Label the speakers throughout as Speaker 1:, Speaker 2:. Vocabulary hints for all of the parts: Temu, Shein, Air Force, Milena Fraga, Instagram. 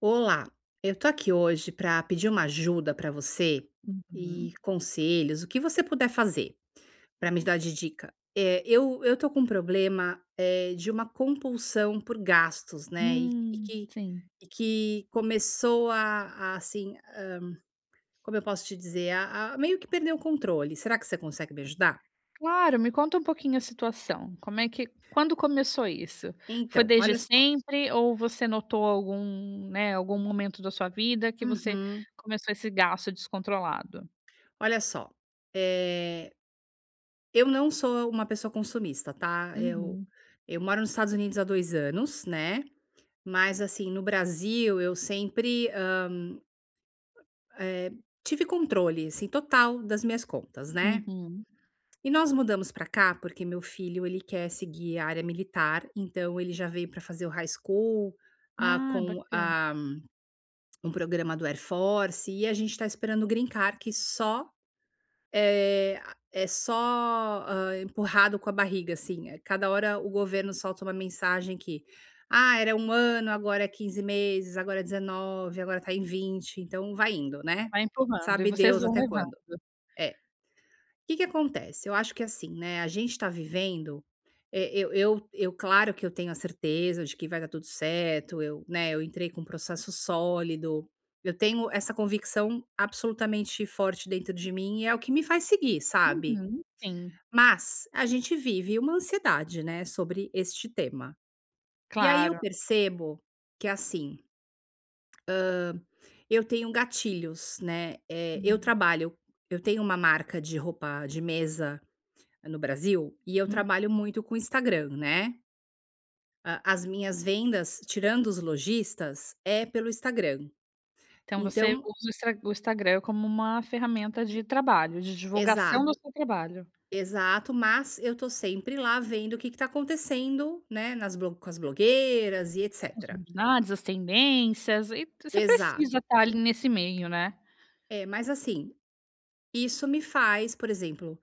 Speaker 1: Olá, eu tô aqui hoje para pedir uma ajuda para você e
Speaker 2: Uhum.
Speaker 1: conselhos, o que você puder fazer para me dar de dica. Eu tô com um problema de uma compulsão por gastos, né? E que,
Speaker 2: Sim.
Speaker 1: começou a assim, como eu posso te dizer, a meio que perder o controle. Será que você consegue me ajudar?
Speaker 2: Claro, me conta um pouquinho a situação. Como é que quando começou isso? Foi
Speaker 1: Então,
Speaker 2: desde
Speaker 1: olha só.
Speaker 2: sempre ou você notou né, algum momento da sua vida que você
Speaker 1: Uhum.
Speaker 2: começou esse gasto descontrolado?
Speaker 1: Olha só. é, Eu não sou uma pessoa consumista, tá. Eu
Speaker 2: Uhum,
Speaker 1: eu moro nos Estados Unidos há 2 anos, né, mas, assim, no Brasil eu sempre, eh, tive controle, assim, total das minhas contas, né.
Speaker 2: uhum.
Speaker 1: E nós mudamos pra cá porque meu filho ele quer seguir a área militar, então ele já veio pra fazer o high school,
Speaker 2: Ah,
Speaker 1: com,
Speaker 2: bacana.
Speaker 1: um programa do Air Force e a gente está esperando o green card que só É é só, empurrado com a barriga, assim, cada hora o governo solta uma mensagem que: "Ah, era um ano, agora é 15 meses, agora é 19, agora tá em 20. Então vai indo, né,
Speaker 2: Vai empurrando e
Speaker 1: sabe
Speaker 2: vocês
Speaker 1: Deus
Speaker 2: vão
Speaker 1: até
Speaker 2: levando.
Speaker 1: quando." É. Que acontece? Eu acho que assim, né, a gente está vivendo, eu claro que eu tenho a certeza de que vai dar tudo certo, eu, né, eu entrei com um processo sólido, eu tenho essa convicção absolutamente forte dentro de mim e é o que me faz seguir, sabe.
Speaker 2: Uhum, sim,
Speaker 1: Mas a gente vive uma ansiedade, né, sobre este tema. E aí eu
Speaker 2: claro.
Speaker 1: percebo que, assim, eu tenho gatilhos, né,
Speaker 2: Hum,
Speaker 1: eu tenho uma marca de roupa de mesa no Brasil, e eu
Speaker 2: hum.
Speaker 1: trabalho muito com Instagram, né. A as minhas vendas, tirando os lojistas, é pelo Instagram.
Speaker 2: Então você
Speaker 1: Então,
Speaker 2: usa o Instra o Instagram como uma ferramenta de trabalho, de divulgação do
Speaker 1: exato,
Speaker 2: seu trabalho.
Speaker 1: exato, mas eu tô sempre lá vendo o que que tá acontecendo, né, nas blo com as blogueiras e
Speaker 2: As
Speaker 1: etcétera.
Speaker 2: novidades, as tendências e você precisa
Speaker 1: Exato.
Speaker 2: estar ali nesse meio, né.
Speaker 1: É, mas assim, isso me faz, por exemplo.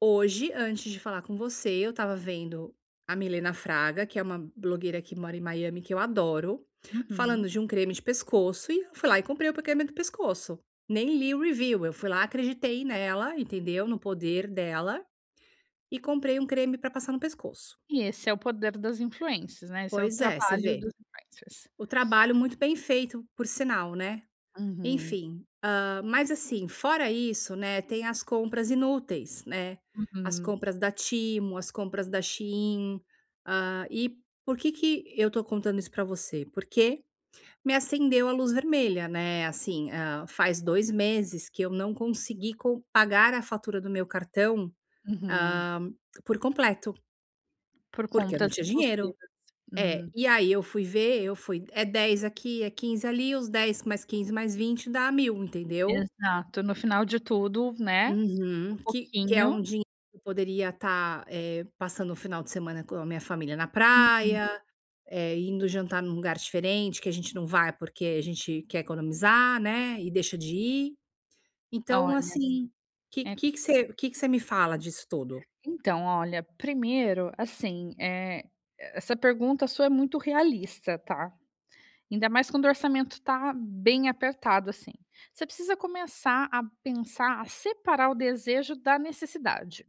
Speaker 1: Hoje, antes de falar com você, eu estava vendo a Milena Fraga, que é uma blogueira que mora em Miami, que eu adoro, falando
Speaker 2: Uhum.
Speaker 1: de um creme de pescoço, e eu fui lá e comprei o creme do pescoço. Nem li o review, eu fui lá, acreditei nela, entendeu? No poder dela, e comprei um creme para passar no pescoço.
Speaker 2: E esse é o poder das influências, né, esse é o
Speaker 1: Pois é, você
Speaker 2: trabalho
Speaker 1: vê.
Speaker 2: dos influencers.
Speaker 1: O trabalho muito bem feito, por sinal, né?
Speaker 2: Uhum,
Speaker 1: Enfim, mas assim, fora isso, né, tem as compras inúteis, né, as
Speaker 2: uhum,
Speaker 1: compras da Temu, as compras da Shein, e por que que eu tô contando isso pra você? Porque me acendeu a luz vermelha, né, assim, faz
Speaker 2: show.
Speaker 1: 2 meses que eu não consegui co pagar a fatura do meu cartão,
Speaker 2: Uhum.
Speaker 1: hã, por completo,
Speaker 2: Por
Speaker 1: porque eu não
Speaker 2: compras
Speaker 1: tinha dinheiro.
Speaker 2: impulsivas.
Speaker 1: É,
Speaker 2: Hum,
Speaker 1: e aí eu fui ver, eu fui é 10 aqui, é 15 ali, os 10 mais 15 mais 20 dá 1.000, entendeu?
Speaker 2: exato. No final de tudo, né, um
Speaker 1: Uhum. Que é um
Speaker 2: pouquinho.
Speaker 1: dinheiro que eu poderia estar, passando o final de semana com a minha família na
Speaker 2: Uhum.
Speaker 1: praia, indo jantar num lugar diferente que a gente não vai porque a gente quer economizar, né, e deixa de ir. Então,
Speaker 2: Olha,
Speaker 1: assim, o que
Speaker 2: é
Speaker 1: que que você que que você me fala disso tudo?
Speaker 2: então, olha, primeiro, assim, essa pergunta sua é muito realista, tá? Ainda mais quando o orçamento tá bem apertado, assim. Você precisa começar a pensar, a separar o desejo da necessidade.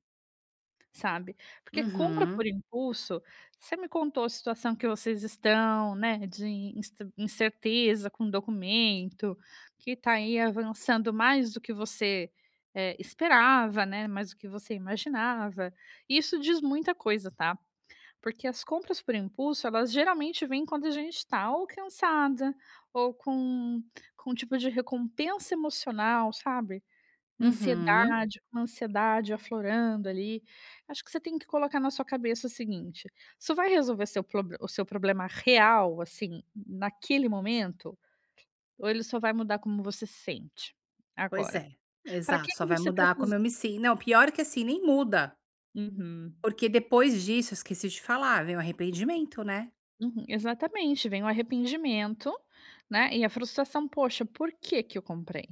Speaker 2: Sabe, porque compra
Speaker 1: Uhum,
Speaker 2: por impulso, você me contou a situação que vocês estão, né, de insta incerteza com o documento, que está aí avançando mais do que você, esperava, né, mais do que você imaginava. Isso diz muita coisa, tá, porque as compras por impulso, elas geralmente vêm quando a gente está ou cansada, ou com um tipo de recompensa emocional, sabe,
Speaker 1: uhum.
Speaker 2: ansiedade, uma ansiedade aflorando ali. Acho que você tem que colocar na sua cabeça o seguinte: isso vai resolver seu proble o seu problema real, assim, naquele momento, ou ele só vai mudar como você se sente
Speaker 1: Pois
Speaker 2: agora?
Speaker 1: é,
Speaker 2: Para que
Speaker 1: exato, só
Speaker 2: que
Speaker 1: vai
Speaker 2: você
Speaker 1: mudar como
Speaker 2: precisa.
Speaker 1: eu me sin não, pior que assim, nem muda,
Speaker 2: Uhum,
Speaker 1: porque depois disso, eu esqueci de falar, vem o arrependimento, né.
Speaker 2: uhum, exatamente. Vem o arrependimento, né, e a frustração: "Poxa, por que que eu comprei?",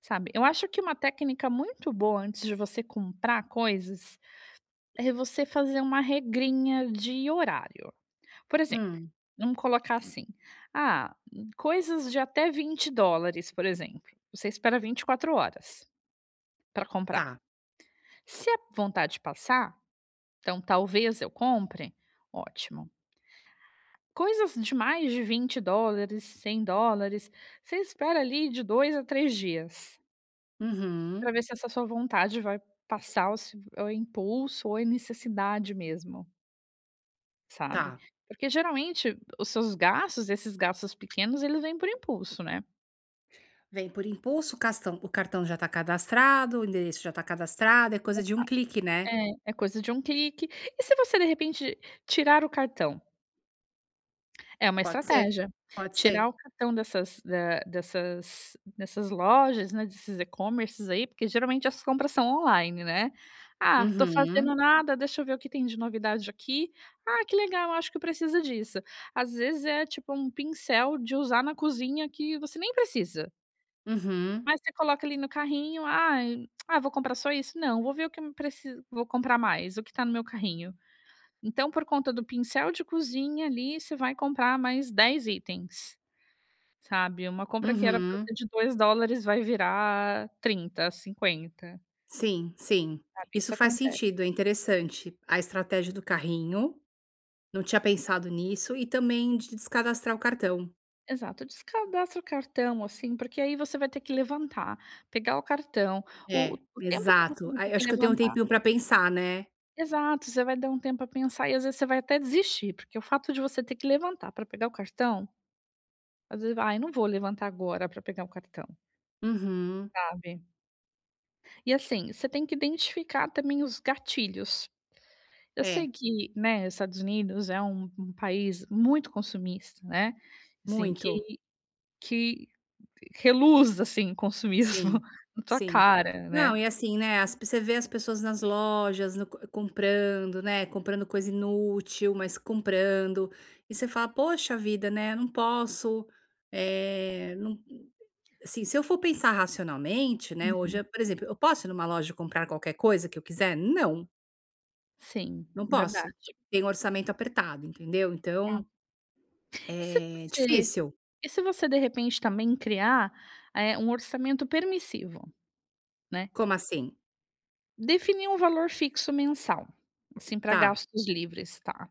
Speaker 2: sabe. Eu acho que uma técnica muito boa antes de você comprar coisas é você fazer uma regrinha de horário. Por exemplo,
Speaker 1: Hum,
Speaker 2: vamos colocar assim: "Ah, coisas de até $20", por exemplo, você espera 24 horas para comprar.
Speaker 1: tá.
Speaker 2: Se a vontade passar, então talvez eu compre, ótimo. Coisas de mais de $20, $100, você espera ali de 2 a 3 dias,
Speaker 1: Uhum,
Speaker 2: para ver se essa sua vontade vai passar ou se ou é o impulso ou é necessidade mesmo, sabe.
Speaker 1: tá.
Speaker 2: Porque geralmente os seus gastos, esses gastos pequenos, eles vêm por impulso, né.
Speaker 1: Vem por impulso, o cartão já está cadastrado, o endereço já está cadastrado, é coisa de um clique, né.
Speaker 2: É, é coisa de um clique. E se você de repente tirar o cartão? É uma
Speaker 1: Pode ser,
Speaker 2: estratégia.
Speaker 1: pode ser.
Speaker 2: Tirar o cartão dessas da dessas dessas lojas, né, desses e-commerces aí, porque geralmente as compras são online, né. "Ah, tô
Speaker 1: Uhum,
Speaker 2: fazendo nada, deixa eu ver o que tem de novidade aqui. Ah, que legal, acho que precisa disso". Às vezes é tipo um pincel de usar na cozinha que você nem precisa,
Speaker 1: uhum,
Speaker 2: mas você coloca ali no carrinho. Ah, vou comprar só isso? Não, vou ver o que eu preci vou comprar mais, o que tá no meu carrinho". Então, por conta do pincel de cozinha ali, você vai comprar mais 10 itens, sabe. Uma compra que era pra
Speaker 1: uhum.
Speaker 2: ser de $2 vai virar 30, 50,
Speaker 1: Sim, sim.
Speaker 2: sabe.
Speaker 1: Isso
Speaker 2: Isso
Speaker 1: faz
Speaker 2: acontece.
Speaker 1: sentido, é interessante. A estratégia do carrinho, não tinha pensado nisso, e também de descadastrar o cartão.
Speaker 2: Exato. Descadastra o cartão, assim, porque aí você vai ter que levantar, pegar o cartão,
Speaker 1: É,
Speaker 2: o tempo que você
Speaker 1: exato.
Speaker 2: vai
Speaker 1: Aí,
Speaker 2: ter que
Speaker 1: acho que eu tenho um
Speaker 2: levantar,
Speaker 1: tempinho para pensar, né.
Speaker 2: exato, você vai dar um tempo pra pensar e às vezes você vai até desistir, porque o fato de você ter que levantar para pegar o cartão, às vezes: "Ai, não vou levantar agora para pegar o cartão",
Speaker 1: Uhum.
Speaker 2: sabe. E assim, você tem que identificar também os gatilhos. Eu
Speaker 1: É,
Speaker 2: sei que, né, Estados Unidos é um país muito consumista, né, assim,
Speaker 1: muito.
Speaker 2: que reluz, assim, consumismo
Speaker 1: Sim,
Speaker 2: na tua
Speaker 1: sim.
Speaker 2: cara,
Speaker 1: Não,
Speaker 2: né.
Speaker 1: e assim, né, as você vê as pessoas nas lojas, no co comprando, né, comprando coisa inútil, mas comprando, e você fala: "Poxa vida, né, não posso, é não", assim, se eu for pensar racionalmente, né,
Speaker 2: Uhum.
Speaker 1: hoje, por exemplo, eu posso ir numa loja e comprar qualquer coisa que eu quiser? Não,
Speaker 2: Sim,
Speaker 1: não posso.
Speaker 2: verdade.
Speaker 1: Tem orçamento apertado, entendeu?
Speaker 2: Ah,
Speaker 1: Então,
Speaker 2: E se
Speaker 1: é
Speaker 2: você
Speaker 1: difícil.
Speaker 2: e se você, de repente, também criar, um orçamento permissivo, né.
Speaker 1: Como assim?
Speaker 2: Definir um valor fixo mensal, assim, para
Speaker 1: Tá.
Speaker 2: gastos livres, tá.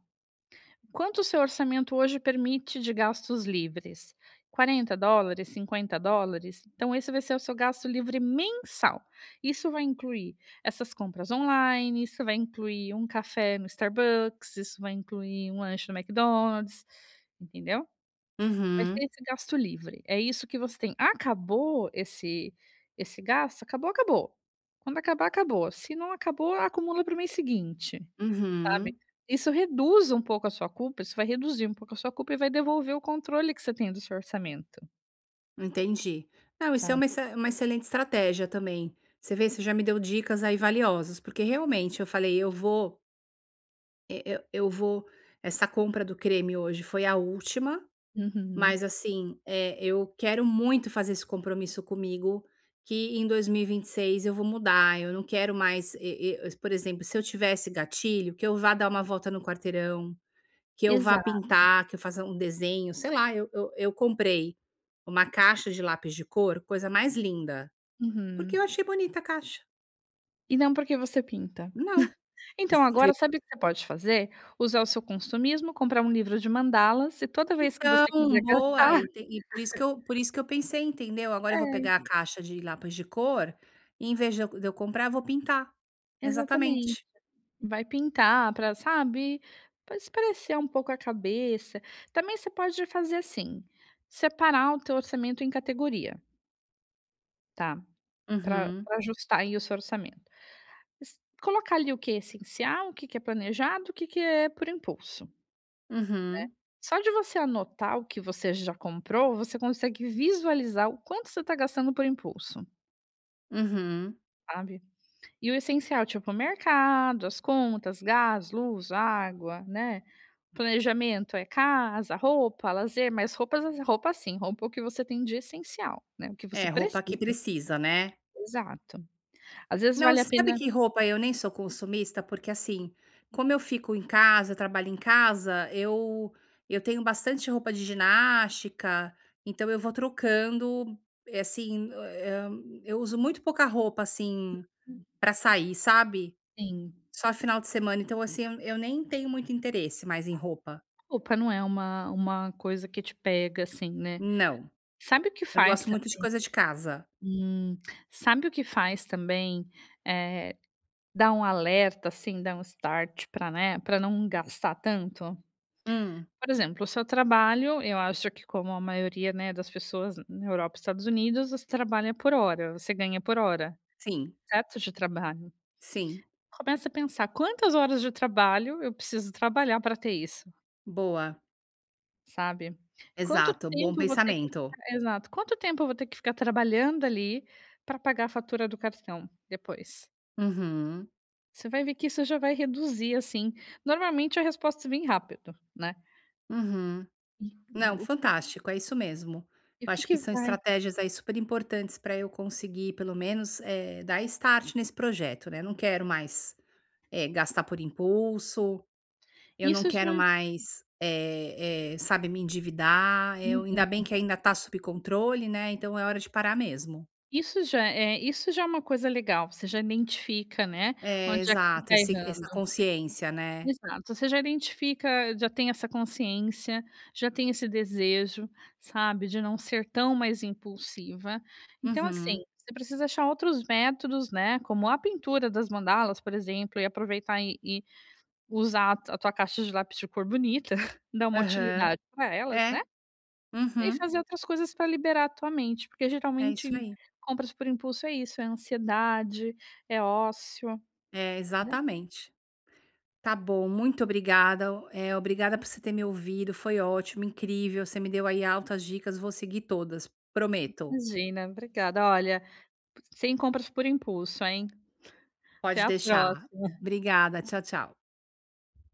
Speaker 2: Quanto o seu orçamento hoje permite de gastos livres? $40, $50? Então, esse vai ser o seu gasto livre mensal. Isso vai incluir essas compras online, isso vai incluir um café no Starbucks, isso vai incluir um lanche no McDonald's, entendeu? Vai ser
Speaker 1: Uhum,
Speaker 2: esse gasto livre, é isso que você tem. Acabou esse gasto, acabou, acabou. Quando acabar, acabou. Se não acabou, acumula para o mês seguinte, sabe.
Speaker 1: uhum.
Speaker 2: Isso reduz um pouco a sua culpa, isso vai reduzir um pouco a sua culpa e vai devolver o controle que você tem do seu orçamento,
Speaker 1: Entendi. Não, isso é
Speaker 2: sabe.
Speaker 1: uma exe uma excelente estratégia também. Você vê, você já me deu dicas aí valiosas, porque realmente eu falei: "Eu vou e eu vou", essa compra do creme hoje foi a última,
Speaker 2: Uhum.
Speaker 1: mas assim, eu quero muito fazer esse compromisso comigo, que em dois mil e vinte e seis eu vou mudar, eu não quero mais e por exemplo, se eu tivesse gatilho, que eu vá dar uma volta no quarteirão. Que eu vá
Speaker 2: Exato.
Speaker 1: pintar, que eu faça um desenho, sei lá, eu comprei uma caixa de lápis de cor, coisa mais linda, porque
Speaker 2: Uhum.
Speaker 1: eu achei bonita a caixa.
Speaker 2: E não porque você pinta.
Speaker 1: Não.
Speaker 2: Então agora sabe o que você pode fazer? Usar o seu consumismo, comprar um livro de mandalas e toda vez que
Speaker 1: Então,
Speaker 2: você quiser
Speaker 1: boa,
Speaker 2: gastar
Speaker 1: e tem por isso que eu pensei, entendeu? Agora eu vou pegar
Speaker 2: é,
Speaker 1: a caixa de lápis de cor e em vez de eu comprar, eu vou pintar.
Speaker 2: exatamente.
Speaker 1: Exatamente.
Speaker 2: Vai pintar para sabe, pra espairecer um pouco a cabeça. Também você pode fazer assim, separar o teu orçamento em categoria, tá, para
Speaker 1: Uhum,
Speaker 2: ajustar aí o seu orçamento. Es Colocar ali o que é essencial, o que que é planejado, o que que é por impulso.
Speaker 1: uhum,
Speaker 2: Só de você anotar o que você já comprou, você consegue visualizar o quanto você está gastando por impulso,
Speaker 1: uhum.
Speaker 2: sabe. E o essencial, tipo mercado, as contas, gás, luz, água, né, planejamento é casa, roupa, lazer, mas roupa sim, roupa é o que você tem de essencial, né, o que você
Speaker 1: É, roupa que
Speaker 2: precisa,
Speaker 1: precisa, né?
Speaker 2: exato. Às vezes
Speaker 1: Não,
Speaker 2: vale a
Speaker 1: você sabe
Speaker 2: pena
Speaker 1: que roupa eu nem sou consumista, porque assim, como eu fico em casa, eu trabalho em casa, eu tenho bastante roupa de ginástica, então eu vou trocando, assim, eu uso muito pouca roupa, assim, pra sair, sabe.
Speaker 2: sim,
Speaker 1: Só final de semana, então assim, eu nem tenho muito interesse mais em roupa.
Speaker 2: roupa não é uma coisa que te pega assim, né.
Speaker 1: Não,
Speaker 2: Sabe o que
Speaker 1: eu
Speaker 2: faz
Speaker 1: gosto
Speaker 2: ta
Speaker 1: muito de coisa de casa.
Speaker 2: hum, sabe o que faz também, eh, dá um alerta assim, dá um start para né, para não gastar tanto?
Speaker 1: Hum,
Speaker 2: Por exemplo, o seu trabalho, eu acho que como a maioria, né, das pessoas na Europa e Estados Unidos, você trabalha por hora, você ganha por hora,
Speaker 1: sim,
Speaker 2: certo? De trabalho.
Speaker 1: sim.
Speaker 2: Começa a pensar quantas horas de trabalho eu preciso trabalhar para ter isso,
Speaker 1: Boa.
Speaker 2: sabe? Quanto
Speaker 1: Exato, bom
Speaker 2: tempo eu vou ter que
Speaker 1: pensamento.
Speaker 2: ficar exato, quanto tempo eu vou ter que ficar trabalhando ali para pagar a fatura do cartão depois?
Speaker 1: Uhum,
Speaker 2: Você vai ver que isso já vai reduzir, assim, normalmente a resposta vem rápido, né.
Speaker 1: uhum.
Speaker 2: E
Speaker 1: Não,
Speaker 2: o
Speaker 1: fantástico, é isso mesmo.
Speaker 2: e o
Speaker 1: Eu
Speaker 2: que
Speaker 1: acho que
Speaker 2: que
Speaker 1: são
Speaker 2: vai.
Speaker 1: estratégias aí super importantes para eu conseguir, pelo menos, dar start nesse projeto, né. Não quero mais, gastar por impulso, eu não
Speaker 2: isso
Speaker 1: quero mais, sabe, me endividar. Eu ainda
Speaker 2: já
Speaker 1: bem que ainda está sob controle, né, então é hora de parar mesmo.
Speaker 2: Isso já é isso já é uma coisa legal, você já identifica, né,
Speaker 1: É,
Speaker 2: onde é que você
Speaker 1: exato,
Speaker 2: está
Speaker 1: esse essa
Speaker 2: errando.
Speaker 1: consciência, né.
Speaker 2: Exato, você já identifica, já tem essa consciência, já tem esse desejo, sabe, de não ser tão mais impulsiva. Então, assim,
Speaker 1: Uhum.
Speaker 2: você precisa achar outros métodos, né, como a pintura das mandalas, por exemplo, e aproveitar e usar a tua caixa de lápis de cor bonita, dar uma
Speaker 1: Aham.
Speaker 2: utilidade para elas,
Speaker 1: É.
Speaker 2: né. E
Speaker 1: Uhum.
Speaker 2: fazer outras coisas para liberar a tua mente, porque
Speaker 1: É
Speaker 2: geralmente
Speaker 1: isso aí.
Speaker 2: compras por impulso é isso, é ansiedade, é ócio,
Speaker 1: É,
Speaker 2: né.
Speaker 1: exatamente. Tá bom, muito obrigada, é obrigada por você ter me ouvido, foi ótimo, incrível, você me deu aí altas dicas, vou seguir todas, prometo.
Speaker 2: Imagina, obrigada. Olha, sem compras por impulso, hein. Até
Speaker 1: Pode
Speaker 2: a
Speaker 1: deixar.
Speaker 2: próxima.
Speaker 1: Obrigada, tchau, tchau.